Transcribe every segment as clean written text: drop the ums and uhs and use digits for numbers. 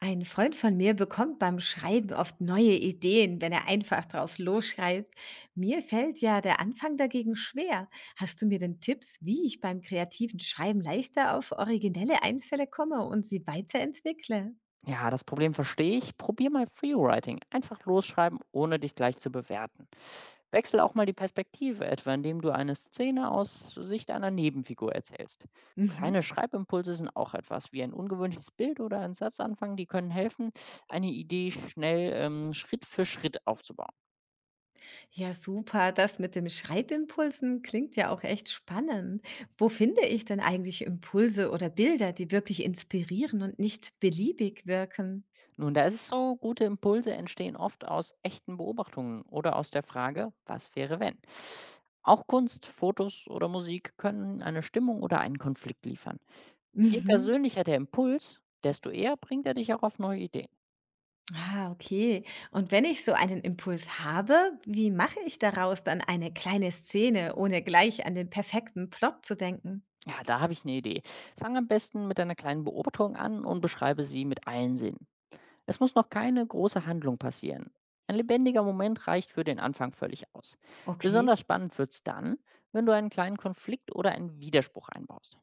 Ein Freund von mir bekommt beim Schreiben oft neue Ideen, wenn er einfach drauf losschreibt. Mir fällt ja der Anfang dagegen schwer. Hast du mir denn Tipps, wie ich beim kreativen Schreiben leichter auf originelle Einfälle komme und sie weiterentwickle? Ja, das Problem verstehe ich. Probier mal Freewriting. Einfach losschreiben, ohne dich gleich zu bewerten. Wechsel auch mal die Perspektive, etwa indem du eine Szene aus Sicht einer Nebenfigur erzählst. Mhm. Kleine Schreibimpulse sind auch etwas, wie ein ungewöhnliches Bild oder ein Satzanfang, die können helfen, eine Idee schnell Schritt für Schritt aufzubauen. Ja, super. Das mit dem Schreibimpulsen klingt ja auch echt spannend. Wo finde ich denn eigentlich Impulse oder Bilder, die wirklich inspirieren und nicht beliebig wirken? Nun, da ist es so, gute Impulse entstehen oft aus echten Beobachtungen oder aus der Frage, was wäre wenn? Auch Kunst, Fotos oder Musik können eine Stimmung oder einen Konflikt liefern. Je Mhm. persönlicher der Impuls, desto eher bringt er dich auch auf neue Ideen. Ah, okay. Und wenn ich so einen Impuls habe, wie mache ich daraus dann eine kleine Szene, ohne gleich an den perfekten Plot zu denken? Ja, da habe ich eine Idee. Fang am besten mit einer kleinen Beobachtung an und beschreibe sie mit allen Sinnen. Es muss noch keine große Handlung passieren. Ein lebendiger Moment reicht für den Anfang völlig aus. Okay. Besonders spannend wird's dann, wenn du einen kleinen Konflikt oder einen Widerspruch einbaust.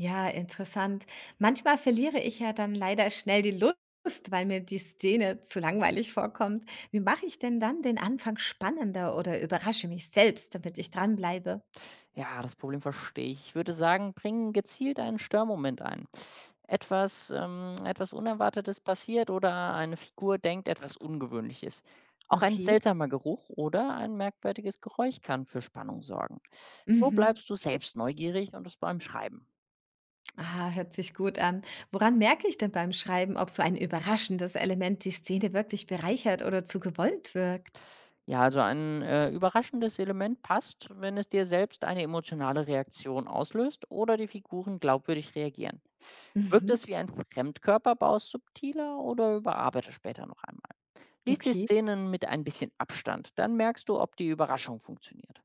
Ja, interessant. Manchmal verliere ich ja dann leider schnell die Lust, weil mir die Szene zu langweilig vorkommt. Wie mache ich denn dann den Anfang spannender oder überrasche mich selbst, damit ich dranbleibe? Ja, das Problem verstehe ich. Ich würde sagen, bring gezielt einen Störmoment ein. Etwas, etwas Unerwartetes passiert oder eine Figur denkt etwas Ungewöhnliches. Auch ein Okay. seltsamer Geruch oder ein merkwürdiges Geräusch kann für Spannung sorgen. So Mhm. bleibst du selbst neugierig und es beim Schreiben. Ah, hört sich gut an. Woran merke ich denn beim Schreiben, ob so ein überraschendes Element die Szene wirklich bereichert oder zu gewollt wirkt? Ja, also ein überraschendes Element passt, wenn es dir selbst eine emotionale Reaktion auslöst oder die Figuren glaubwürdig reagieren. Wirkt es Mhm. wie ein Fremdkörper, baust subtiler oder überarbeite später noch einmal. Lies die Okay. Szenen mit ein bisschen Abstand, dann merkst du, ob die Überraschung funktioniert.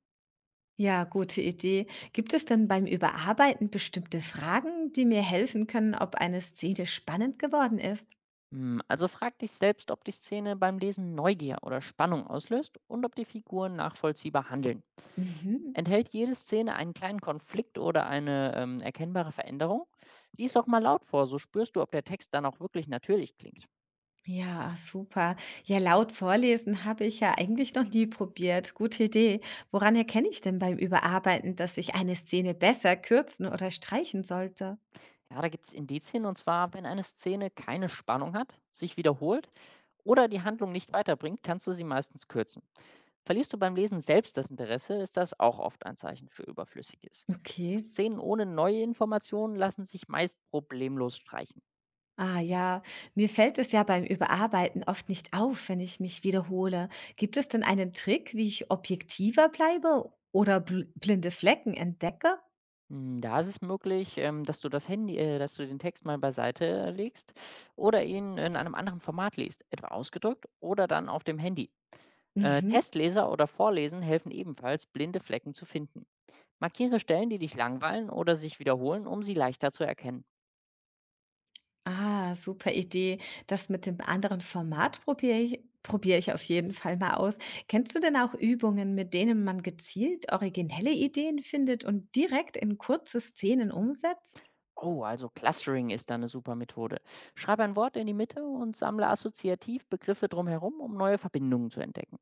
Ja, gute Idee. Gibt es denn beim Überarbeiten bestimmte Fragen, die mir helfen können, ob eine Szene spannend geworden ist? Hm, also frag dich selbst, ob die Szene beim Lesen Neugier oder Spannung auslöst und ob die Figuren nachvollziehbar handeln. Mhm. Enthält jede Szene einen kleinen Konflikt oder eine erkennbare Veränderung? Lies auch mal laut vor, so spürst du, ob der Text dann auch wirklich natürlich klingt. Ja, super. Ja, laut vorlesen habe ich ja eigentlich noch nie probiert. Gute Idee. Woran erkenne ich denn beim Überarbeiten, dass ich eine Szene besser kürzen oder streichen sollte? Ja, da gibt es Indizien und zwar, wenn eine Szene keine Spannung hat, sich wiederholt oder die Handlung nicht weiterbringt, kannst du sie meistens kürzen. Verlierst du beim Lesen selbst das Interesse, ist das auch oft ein Zeichen für Überflüssiges. Okay. Szenen ohne neue Informationen lassen sich meist problemlos streichen. Ah ja, mir fällt es ja beim Überarbeiten oft nicht auf, wenn ich mich wiederhole. Gibt es denn einen Trick, wie ich objektiver bleibe oder bl blinde Flecken entdecke? Hm, da ist es möglich, dass du den Text mal beiseite legst oder ihn in einem anderen Format liest, etwa ausgedrückt oder dann auf dem Handy. Mhm. Testleser oder Vorlesen helfen ebenfalls, blinde Flecken zu finden. Markiere Stellen, die dich langweilen oder sich wiederholen, um sie leichter zu erkennen. Ah, super Idee. Das mit dem anderen Format probiere ich auf jeden Fall mal aus. Kennst du denn auch Übungen, mit denen man gezielt originelle Ideen findet und direkt in kurze Szenen umsetzt? Oh, also Clustering ist da eine super Methode. Schreibe ein Wort in die Mitte und sammle assoziativ Begriffe drumherum, um neue Verbindungen zu entdecken.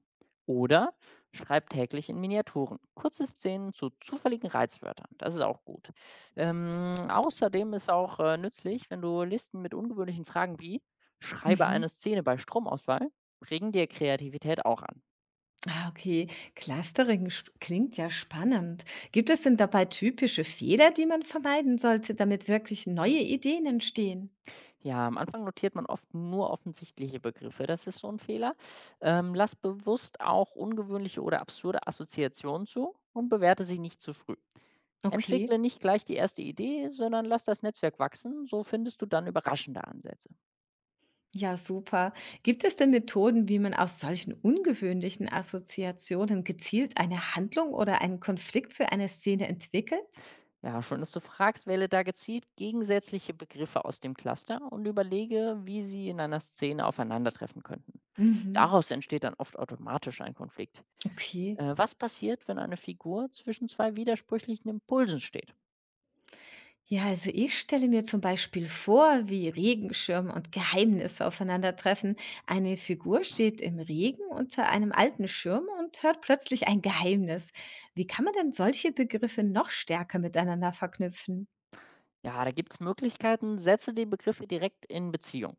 Oder schreib täglich in Miniaturen kurze Szenen zu zufälligen Reizwörtern. Das ist auch gut. Außerdem ist auch, nützlich, wenn du Listen mit ungewöhnlichen Fragen wie: „Schreibe Mhm. eine Szene bei Stromausfall“, regen dir Kreativität auch an. Ah, okay. Klingt ja spannend. Gibt es denn dabei typische Fehler, die man vermeiden sollte, damit wirklich neue Ideen entstehen? Ja, am Anfang notiert man oft nur offensichtliche Begriffe. Das ist so ein Fehler. Lass bewusst auch ungewöhnliche oder absurde Assoziationen zu und bewerte sie nicht zu früh. Okay, Entwickle nicht gleich die erste Idee, sondern lass das Netzwerk wachsen. So findest du dann überraschende Ansätze. ja, super. Gibt es denn Methoden, wie man aus solchen ungewöhnlichen Assoziationen gezielt eine Handlung oder einen Konflikt für eine Szene entwickelt? Ja, schön, dass du fragst, wähle da gezielt gegensätzliche Begriffe aus dem Cluster und überlege, wie sie in einer Szene aufeinandertreffen könnten. Mhm. Daraus entsteht dann oft automatisch ein Konflikt. Okay. Was passiert, wenn eine Figur zwischen zwei widersprüchlichen Impulsen steht? Ja, also ich stelle mir zum Beispiel vor, wie Regenschirm und Geheimnisse aufeinandertreffen. Eine Figur steht im Regen unter einem alten Schirm und hört plötzlich ein Geheimnis. Wie kann man denn solche Begriffe noch stärker miteinander verknüpfen? Ja, da gibt's Möglichkeiten, setze die Begriffe direkt in Beziehung.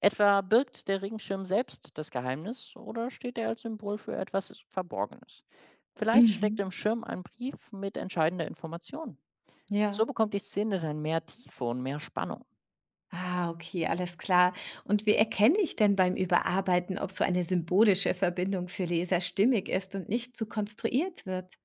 Etwa birgt der Regenschirm selbst das Geheimnis oder steht er als Symbol für etwas Verborgenes? Vielleicht steckt Mhm. im Schirm ein Brief mit entscheidender Information. So Ja. bekommt die Szene dann mehr Tiefe und mehr Spannung. Ah, okay, alles klar. Und wie erkenne ich denn beim Überarbeiten, ob so eine symbolische Verbindung für Leser stimmig ist und nicht zu konstruiert wird,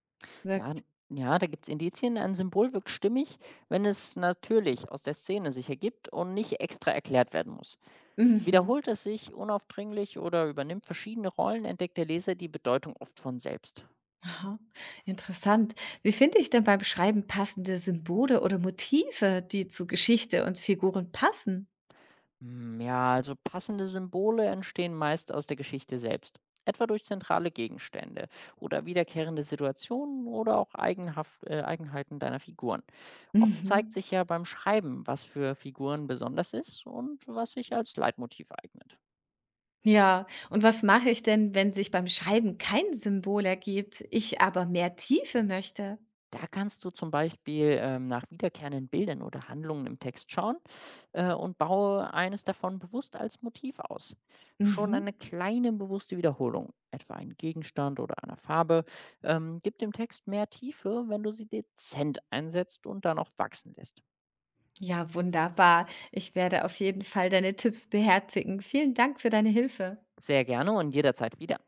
Ja, wirkt? n- ja da gibt's Indizien, ein Symbol wirkt stimmig, wenn es natürlich aus der Szene sich ergibt und nicht extra erklärt werden muss. Mhm. Wiederholt es sich unaufdringlich oder übernimmt verschiedene Rollen, entdeckt der Leser die Bedeutung oft von selbst. Aha, interessant. Wie finde ich denn beim Schreiben passende Symbole oder Motive, die zu Geschichte und Figuren passen? Hm, ja, also passende Symbole entstehen meist aus der Geschichte selbst, etwa durch zentrale Gegenstände oder wiederkehrende Situationen oder auch Eigenheiten deiner Figuren. Oft zeigt Mhm. sich ja beim Schreiben, was für Figuren besonders ist und was sich als Leitmotiv eignet. Ja, und was mache ich denn, wenn sich beim Schreiben kein Symbol ergibt, ich aber mehr Tiefe möchte? Da kannst du zum Beispiel nach wiederkehrenden Bildern oder Handlungen im Text schauen und baue eines davon bewusst als Motiv aus. Schon eine Mhm. kleine bewusste Wiederholung, etwa ein Gegenstand oder eine Farbe, gibt dem Text mehr Tiefe, wenn du sie dezent einsetzt und dann auch wachsen lässt. Ja, wunderbar. Ich werde auf jeden Fall deine Tipps beherzigen. Vielen Dank für deine Hilfe. Sehr gerne und jederzeit wieder.